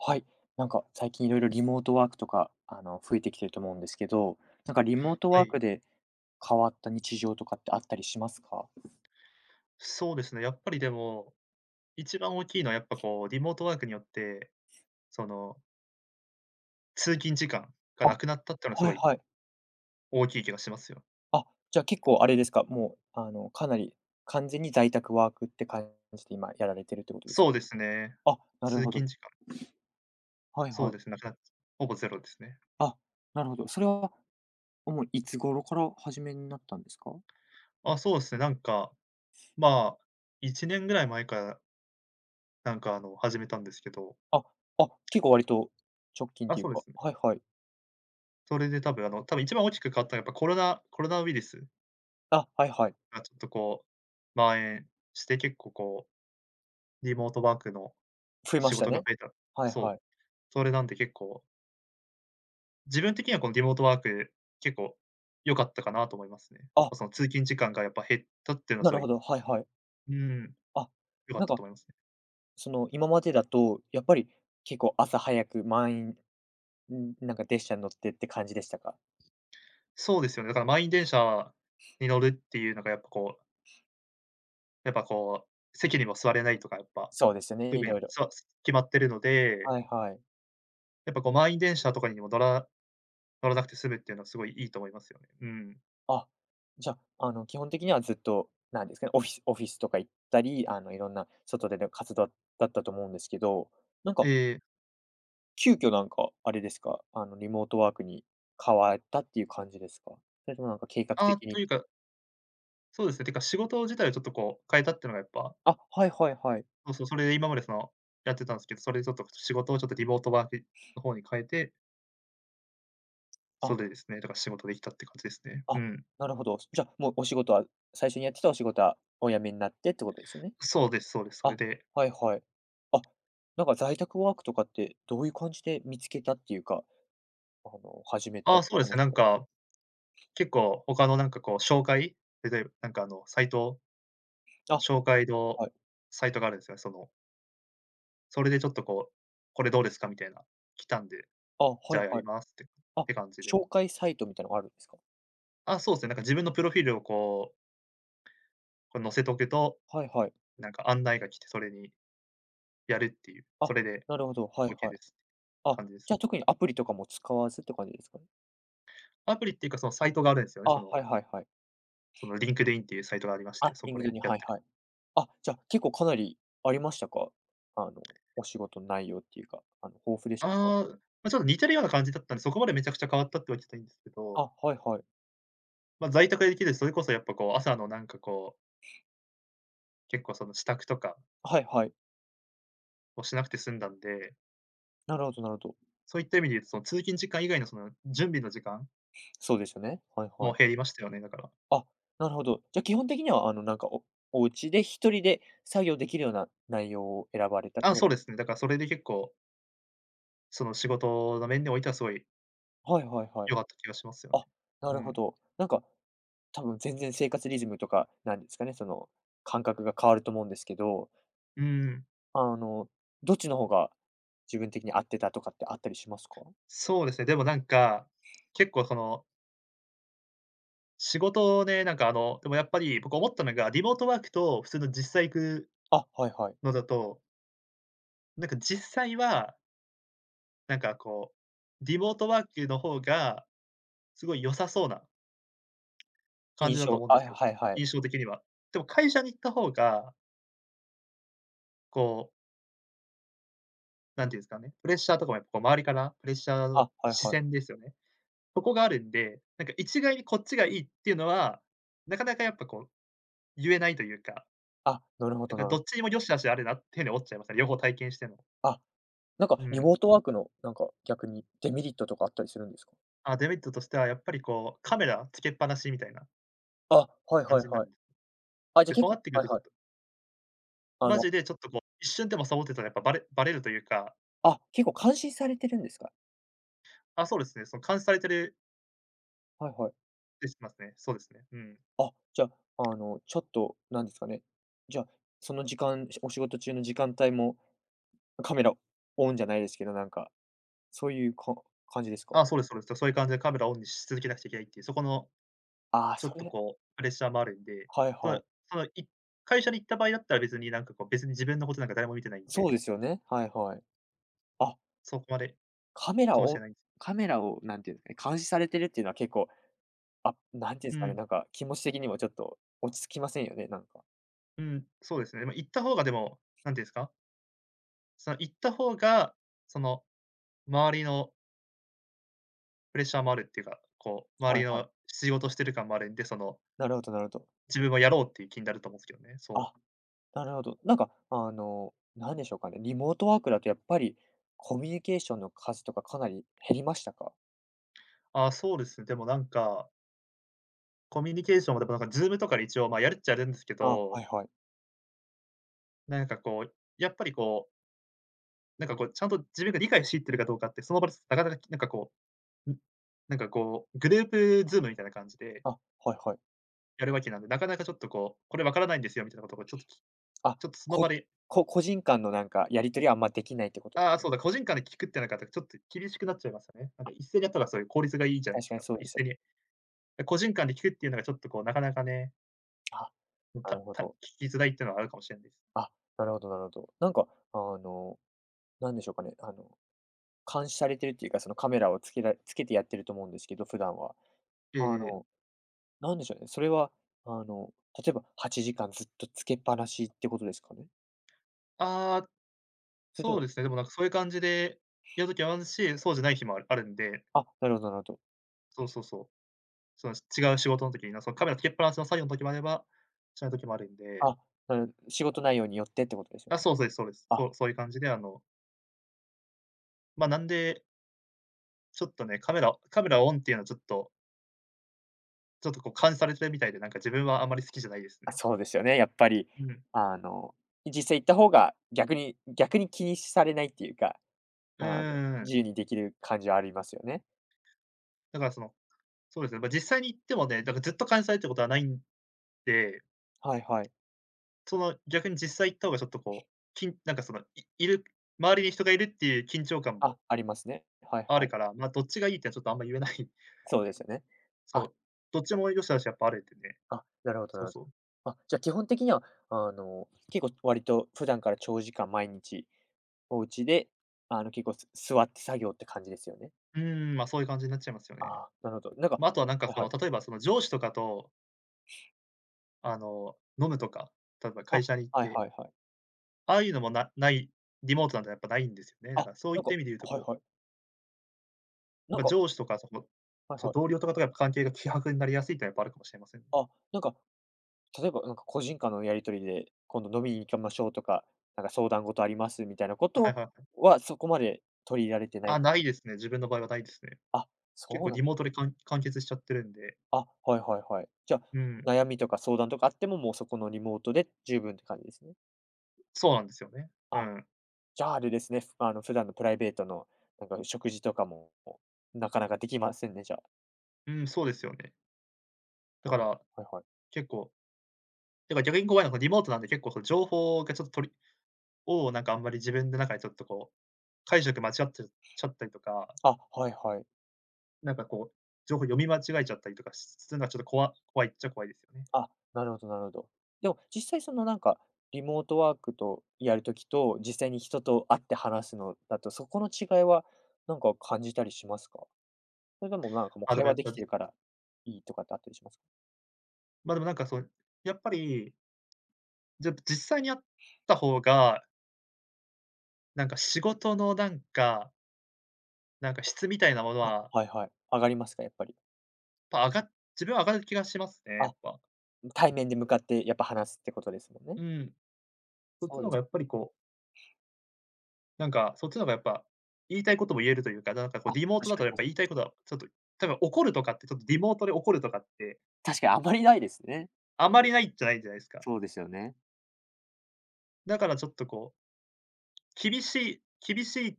はい。なんか最近いろいろリモートワークとか、増えてきてると思うんですけど、なんかリモートはワーい、クで変わった日常とかってあったりしますか？そうですね、やっぱりでも、一番大きいのはやっぱこうリモートワークによって、その通勤時間があ、なくなったっていうのはすはごいいはい。大きい気がしますよ。あ、じゃあ結構あれですか、もう、かなり完全に在宅ワークって感じで今やられてるってことですそかうでね？すね。あ、なる通ほど。勤時間、はいそうはい。ですね、なくなっほぼゼロですね。あ、なるほど。それは、もういつ頃からお始めになったんですか？あ、そうですね、まあ、1年ぐらい前から、始めたんですけど、あ、あ、結構割と直近っあ、ていそううでか、すね。はいはい。それで多分一番大きく変わったのはやっぱコロナウイルスあ、はいはい。がちょっとこう蔓延して、結構こうリモートワークの増えま仕した事がね。増えた。はいはそい。う。それなんで結構、自分的にはこのリモートワーク、結構良かったかなと思いますね。やっあ、ぱその通勤時間がやっぱ減ったっていうのはなするごほい、ど、はいはい。うん、あ、良かっなんたとか、思いますね。その、今までだと、やっぱり結構朝早く満員なんか列車に乗ってって感じでしたか？そうですよね。だから満員電車に乗るっていうのがやっぱこう、やっぱこう、席にも座れないとかやっぱ、そうですよね、特いにろいろ。す決まってるので、はいはい。やっぱこう満員電車とかにも乗らなくて済むっていうのはすごいいいと思いますよね。うん。あ、じゃあ、基本的にはずっと、なんですかね、オフィスとか行ったり、いろんな外での活動だったと思うんですけど、なんえか、え、急遽なんか、あれですか、リモートワークに変わったっていう感じですか？それともなんか計画ああ、的とに、いうか、そうですね、てか仕事自体をちょっとこう変えたっていうのがやっぱ、あ、はいはいはい。そうそう、それで今までその、やってたんですけど、それでちょっと仕事をちょっとリモートワークの方に変えて、そあれでですね、だから仕事できたって感じですね。うあ、ん。なるほど。じゃ、もうお仕事は最初にやってたお仕事はお辞めになってってことですよね？そうですそうです。それあ、ではいはい。あ、なんか在宅ワークとかってどういう感じで見つけたっていうか、始めあたっあ、そてうで感じすね、でなすんか？か、結構他のなんかこう紹介、例えばなんかあのサイトあ、紹介のはい。サイトがあるんですよね。その、それでちょっとこう、これどうですかみたいな、来たんで、あ、はじゃいあやはりい。ますってあ、感じで。紹介サイトみたいなのがあるんですか？あ、そうですね、なんか自分のプロフィールをこう、こう載せとくと、はいはい。なんか案内が来て、それにやるっていう、そあ、れで なるほど、はい OK はい。です。あ、感じですじゃあね。特にアプリとかも使わずって感じですかね？アプリっていうか、そのサイトがあるんですよね。あ、はいはいはい。そのリンクドインっていうサイトがありまして、あ、そリンこグドでに、やっはいてる。はい。あ、じゃあ、結構かなりありましたか？あの、お仕事の内容っていうか、豊富でしたか？ああ、ま、ちょっと似てるような感じだったんで、そこまでめちゃくちゃ変わったってわけじゃないんですけど、あ、はいはい。ま、在宅でできる、それこそやっぱこう、朝のなんかこう、結構その支度とかはいはい。をしなくて済んだんで、なるほどなるほど。そういった意味で言うと、その通勤時間以外のその準備の時間そうですよね。はいもはい。減りましたよね、だから。あ、なるほど。じゃ、基本的には、なんか、お家で一人で作業できるような内容を選ばれたってあ、こそと、うですね。だからそれで結構、その仕事の面においてはすごいはいはいはい。良かった気がしますよね。あ、なうるほん。ど。なんか、多分全然生活リズムとか、なんですかね、その、感覚が変わると思うんですけど、うーん。あの、どっちの方が自分的に合ってたとかってあったりしますか？そうですね。でもなんか、結構その仕事ね、でもやっぱり僕思ったのが、リモートワークと普通の実際行くあ、はいはい。のだと、なんか実際は、なんかこう、リモートワークの方がすごい良さそうな感じだと思うんあ、ですけど、はいはい。印象的には。でも会社に行った方が、こう、なんていうんですかね、プレッシャーとかもやっぱこう周りからプレッシャーのあ、はい視はい。線ですよね。そこがあるんで、なんか一概にこっちがいいっていうのは、なかなかやっぱこう言えないというか、あ、なるほだど、からなどるっちにも良し悪しあるなっていうふうに思っちゃいますね。両方体験しても。あ、なんかうリん。モートワークの、なんか逆にデメリットとかあったりするんですか？あ、デメリットとしてはやっぱりこう、カメラつけっぱなしみたいなあ、はい感はいじになはるい。んです。あ、じゃで、そう結な構ってくるはいとちょはっい。と、あマの、ジでちょっとこう、一瞬でもサボってたらやっぱバレるというか、あ、結構監視されてるんですか？あ、そうですね、その監視されてるはいはい。ってしますね。そうですね。うん。あ、じゃあ、ちょっとなんですかね、じゃあ、その時間、お仕事中の時間帯もカメラオンじゃないですけど、なんか、そういうか感じですか？あ、そうですそうです。そういう感じでカメラをオンにし続けなくちゃいけないっていう、そこのあちょあ、っそとれ、こう、プレッシャーもあるんで、はいそはのい。その会社に行った場合だったら別になんかこう、別に自分のことなんか誰も見てないんそうで、ですよね、はいはい。あそこまでカメラかもしれをないんです。カメラをなんていうんですかね、監視されてるっていうのは結構、あ、なんていうんでうすかね、ん、なんか気持ち的にもちょっと落ち着きませんよね、なんか。うん、そうですね。ま、行った方がでも、なんていうんですか、その行った方が、その周りのプレッシャーもあるっていうか、こう、周はりいはい。の仕事してる感もあるんで、その、なるほどなるほど。自分はやろうっていう気になると思うんですけどね、そう。あ、なるほど。なんかなんでしょうかね、リモートワークだとやっぱりコミュニケーションの数とかかなり減りましたか？ああ、そうですね、でもなんか、コミュニケーションもでもなんか Zoom とかで一応、まあ、やるっちゃやるんですけあ、はど、いはい。なんかこう、やっぱりこう、なんかこう、ちゃんと自分が理解しきってるかどうかって、その場でなかなか、なんかこう、ん、なんかこう、グループ Zoom みたいな感じであ、はいはい。やるわけなんで、なかなかちょっとこう、これ分からないんですよみたいなことをあ、ちょっとそのこ場で、個人間のなんかやり取りはあんまできないってこと、ああ、そうだ、個人間で聞くってなかったら、ちょっと厳しくなっちゃいますよね。なんか一斉にやったらそういう効率がいいじゃないで確すかにか。そそうので一すよ斉ね。にで個人間で聞くっていうのがちょっとこう、なかなかね、あ、なるほ聞ど。きづらいっていうのはあるかもしれないです。あ、なるほどなるほど。なんかあの、なんでしょうかね、監視されてるっていうか、そのカメラをつけてやってると思うんですけど、普段は。あえの、え、なんでしょうね、それは、あの、例えば8時間ずっとつけっぱなしってことですかね？ああ、それとそうも、ですね、でもなんかそういう感じでやる時もあるし、そうじゃない日もあるんで、あ、なるほどなるほど。そうそうそう。その違う仕事の時にな、そのカメラつけっぱなしの作業の時もあれば、しない時もあるんで、あ、仕事内容によってってことですよあ、ね。そう、そうですそうです。あ、そうそういう感じであの、ま、なんで、ちょっとね、カメラオンっていうのはちょっとこう監視されてるみたいで、なんか自分はあんまり好きじゃないですあ、ね。そうですよね、やっぱり、うん。あの、実際行った方が逆に気にされないっていうか、うんあの、うんうん。自由にできる感じはありますよね。だからその、そうですね、ま、実際に行ってもね、だからずっと監視されてることはないんで、はいはい。その逆に実際行った方がちょっとこう、きんなんかその、いいる周りに人がいるっていう緊張感もあ、ありますね。はいあはるい。から、ま、どっちがいいってのはちょっとあんま言えない。そうですよね。そあう、どっちも良し悪しやっぱあるってね。あ、なるほどそなうるそう。ほど。あ、じゃあ基本的には、結構割と普段から長時間毎日お家で、結構座って作業って感じですよね？うーん、ま、そういう感じになっちゃいますよあね。あ、なるほど。なんか、ま、あとはなんかはいこはのい。例えばその上司とかと、あの、飲むとか、例えばあ、会社に行っはいて、はいはい。ああいうのもなない、リモートなんてやっぱないんですよね。だあ、からそういなっんか、た意味で言うとはいこはい。う、なんま、か、上司とかその、はいそう、は同い。僚とかとやっぱ関係が希薄になりやすいってのはやっぱあるかもしれませんね。あ、なんか、例えばなんか個人間のやり取りで、今度飲みに行きましょうとか、なんか相談事ありますみたいなこはいとはい。は、そこまで取り入れられてなあ、い。ないですね。自分の場合はないですね。あ、結そ構うなリんモートで完結しちゃってるんで。あ、はいはいはい。じゃ、うん。悩みとか相談とかあっても、もうそこのリモートで十分って感じですね。そうなんですよね。うあ、ん。じゃあ、あれですね、ふあの、普段のプライベートの、なんか食事とかも、なかなかできませんね、じゃあ。うん、そうですよね。だあかのらはいはい。結構、だから逆に怖いのがリモートなんで、結構その情報がちょっととりをなんかあんまり自分の中でちょっとこう、解釈間違っちゃちゃったりとか、あ、はいはい。なんかこう、情報読み間違えちゃったりとかするのはちょっと怖いっちゃ怖いですよね。あ、なるほどなるほど。でも、実際そのなんか、リモートワークとやるときと、実際に人と会って話すのだと、そこの違いは、なんか感じたりしますか？それともなんかもうあ、で会もや話っできぱ、てるから、いいとかってあったりしますか？ま、でもなんかそう、やっぱり、実際にあった方が、仕事のなんか質みたいなものあ、ははいはい。上がりますか、やっぱり。ぱ上がっ自分は上がる気がしますね、やあっぱ。対面で向かってやっぱ話すってことですもんね。うん。そっちそうの方でがす。やっぱりこう、そっちの方がやっぱ、言いたいことも言えるというか、なんかこうあ、リモート確だとやっかぱに、言いたいことはちょっと、多分怒るとかって、ちょっとリモートで怒るとかって、確かにあまりないですね。あまりないじゃないですか。そうですよね。だからちょっとこう、厳しい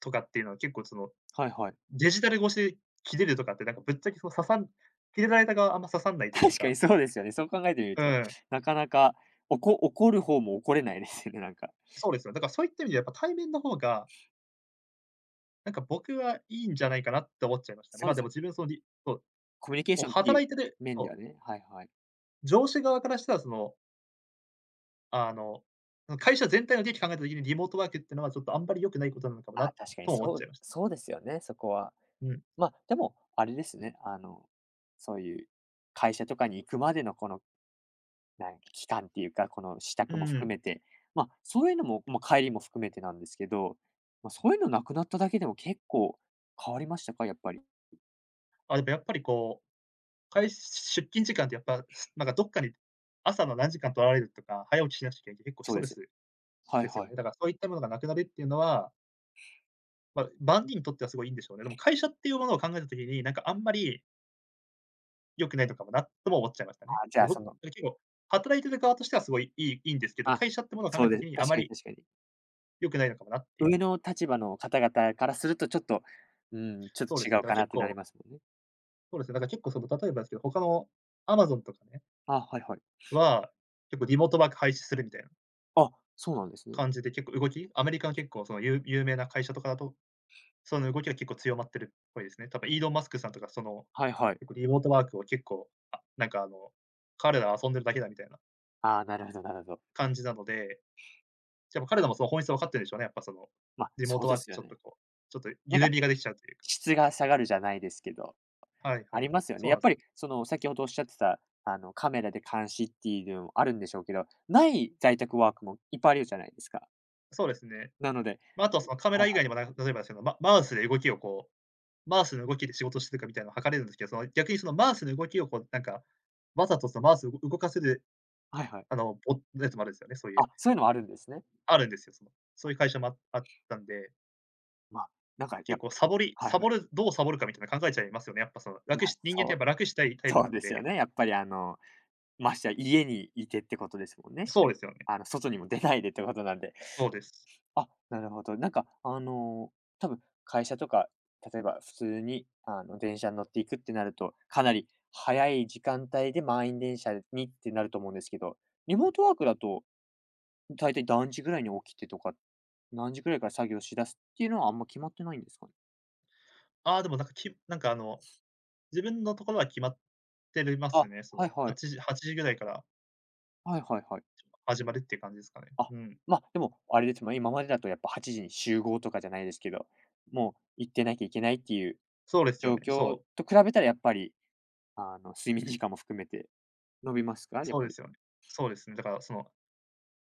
とかっていうのは結構その、はいはい。デジタル越しでキレるとかって、なんかぶっちゃけ、その刺さんキレられた側はあんま刺さんない という確かか、にそうですよね。そう考えてみるうと、ん、なかなか、怒る方も怒れないですよね、なんか。そうですよ。だからそういった意味でやっぱ対面の方が、なんか僕はいいんじゃないかなって思っちゃいましたね。そうま、でですもよ。自分そのりそうコミュニケーこうションってい働ういてる、面でそう、はね、はいはい。上司側からしたらその、あの、会社全体の利益考えた時にリモートワークっていうのはちょっとあんまり良くないことなのかもなあ、確かに、とも思っそちゃういました。そうですよね、そこは。うん。まあ、でも、あれですね、そういう会社とかに行くまでのこの期間っていうか、この支う度もんう含ん。めて、まあ、そういうのも、まあ、帰りも含めてなんですけど、まあ、そういうのなくなっただけでも結構変わりましたか？やっぱり。あ、でもやっぱりこう、出勤時間ってやっぱ、なんかどっかに朝の何時間取られるとか、早起きしなくゃいけないって結構スそうトでレす。スはいですよはね。い。だからそういったものがなくなるっていうのは、まあ、万人にとってはすごいいいんでしょうね。でも会社っていうものを考えた時に、なんかあんまり良くないのかもなとも思っちゃいましたあ、ね。じゃあ、結構、働いてる側としてはすごいいいんですけど、あ、会社ってものを考えそたうで時す、にあ確まかにり確かに。良くないのかもなっていう。上の立場の方々からするとちょっと、うん、ちょっそうでとすね。違うかなってなりますもんね。だから結構その、例えばですけど、他の Amazon とかね、あ、はいはい。は、結構リモートワーク廃止するみたいなあ、そうなんですね。感じで結構動きアメリカの結構その有名な会社とかだと、その動きが結構強まってるっぽいですね。多分イーロン・マスクさんとかその、はいはい。結構リモートワークを結構、あ、なんかあの、彼らは遊んでるだけだみたいなああ、なるほどなるほど。感じなので、も彼らもその本質は分かってるんでしょうね、やっぱその、ま、リモーそトうでワークですちよょっとね。こう、ちょっとなん緩かみができちゃうというか。質が下がるじゃないですけど、はいはあい。りますよそね。うやなんっですぱよ。りその先ほどおっしゃってた、あのカメラで監視っていうのもあるんでしょうけど、ない在宅ワークもいっぱいあるじゃないですか。そうですね。なので、ま、あとはそのカメはラい以は外にも、い。例えばそのマウスで動きをこう、マウスの動きで仕事してるかみたいなのを測れるんですけど、その逆にそのマウスの動きをこうなんか、わざとそのマウスを動かせる、はいはい。あの、ボットのやつもあるんですよね、そういあ、う。そういうのもあるんですね。あるんですよ、その、そういう会社もあったんで、まあ、なんか結構サボりはいサはボい。るどうサボるかみたいな考えちゃいますよね、やっぱその、まあ、人間ってそやっうぱ楽したいタイプそなうんですよで。ね。やっぱり、ましてや家にいてってことですもんね。しそうですよね。あの外にも出ないでってことなんで。そうです。あ、なるほど。なんか、多分会社とか、例えば普通に、電車に乗っていくってなると、かなり早い時間帯で満員電車にってなると思うんですけど、リモートワークだと、大体何時ぐらいに起きてとか、何時ぐらいから作業しだすっていうのはあんま決まってないんですかね？ああ、でもなんか、なんかあの、自分のところは決まってますあ、ね。その、はいはい。8時ぐらいからはいはいはい。始まるっていう感じですかね。あ、うん。ま、でも、あれですもんね、今までだとやっぱ8時に集合とかじゃないですけど、もう行ってなきゃいけないっていうそうですよ状ね。況そう。と比べたらやっぱり、睡眠時間も含めて伸びますか？やっそうぱでり。すよね。そうですね。だからその、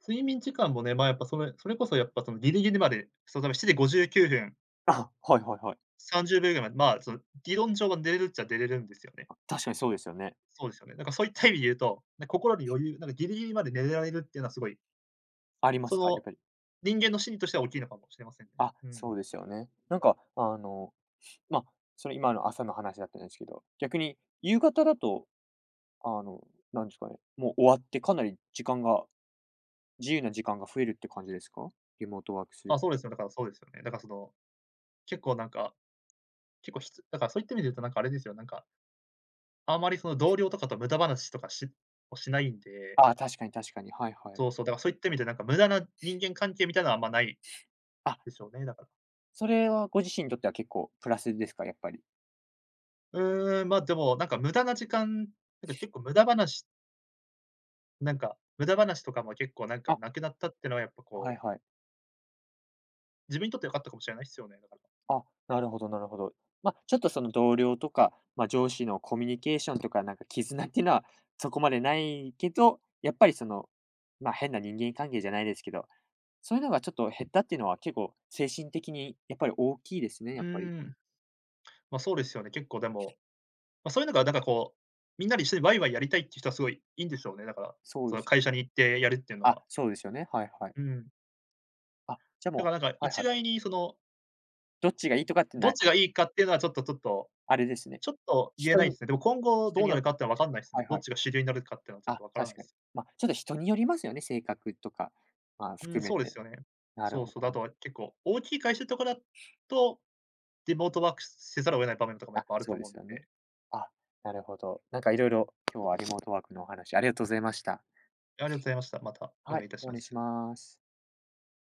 睡眠時間もね、まあ、やっぱそれこそやっぱそのギリギリまで、その7時59分、あ、はいはいはい。30秒ぐらいまで、まあ、その理論上は寝れるっちゃ寝れるんですよね。あ、確かにそうですよね。そうですよね。なんかそういった意味で言うと、ね、心に余裕、なんかギリギリまで寝れられるっていうのはすごい、ありまそすか？やっの、ぱり。人間の心理としては大きいのかもしれませんね。あ、うん。そうですよね。なんか、ま、それ今の朝の話だったんですけど、逆に夕方だと、あの、なんですかね、もう終わってかなり時間が自由な時間が増えるって感じですか？リモートワークするあ、と。そうですよ、だからそうですよね。だからその、結構なんか結構ひつだからそういった意味で言うとなんかあれですよ、なんか、あんまりその同僚とかと無駄話とかしないんで、あ、確かに確かに。はいはい。そうそう、だからそういった意味でなんか無駄な人間関係みたいなのはあんまないあ、でしょうね、だから。それはご自身にとっては結構プラスですか？やっぱり。うーん、ま、でもなんか無駄な時間、なんか結構無駄話なんか、無駄話とかも結構なんかあ、なくなったっていうのはやっぱはこいう、はい。自分にとって良かったかもしれないですよね、だから。あ、なるほどなるほど。まあ、ちょっとその同僚とか、まあ、上司のコミュニケーションとか、なんか絆っていうのはそこまでないけど、やっぱりその、まあ、変な人間関係じゃないですけど、そういうのがちょっと減ったっていうのは結構精神的にやっぱり大きいですね、うやっぱり。ーん、ま、そうですよね、結構でも、ま、そういうのがなんかこう、みんなで一緒にワイワイやりたいっていう人はすごいいいんでしょうね、だから、そうそでのすよ。会社に行ってやるっていうのあ、は。そうですよね。はいはい。うん。あ、じゃあだからもなんかう、はい一はい。概にその、どっちがいいとかってどなっい、ちがいいかっていうのはちょっとちょっとあれですね。ちょっと言え人ないでにすね。でも今後人どうになよっるかってのは分て。かんないですはね。いどっはい。ちが主流になるかっていうのはちょっあ、と分からない確でかに。す。まあ、ちょっと人によりますよね、性格とか、まあ、うん、含めそうでて。すよね。なるそうほそどう、あな。とは結構大きい会社とかだと、リモートワークせざるを得ない場面とかもやっあ、ぱあるそとうで思うんすよね。で。あ、なるほど。なんかいろいろ今日はリモートワークのお話、ありがとうございました。ありがとうございました。またおは願いい、いたしおま願いしす。ます。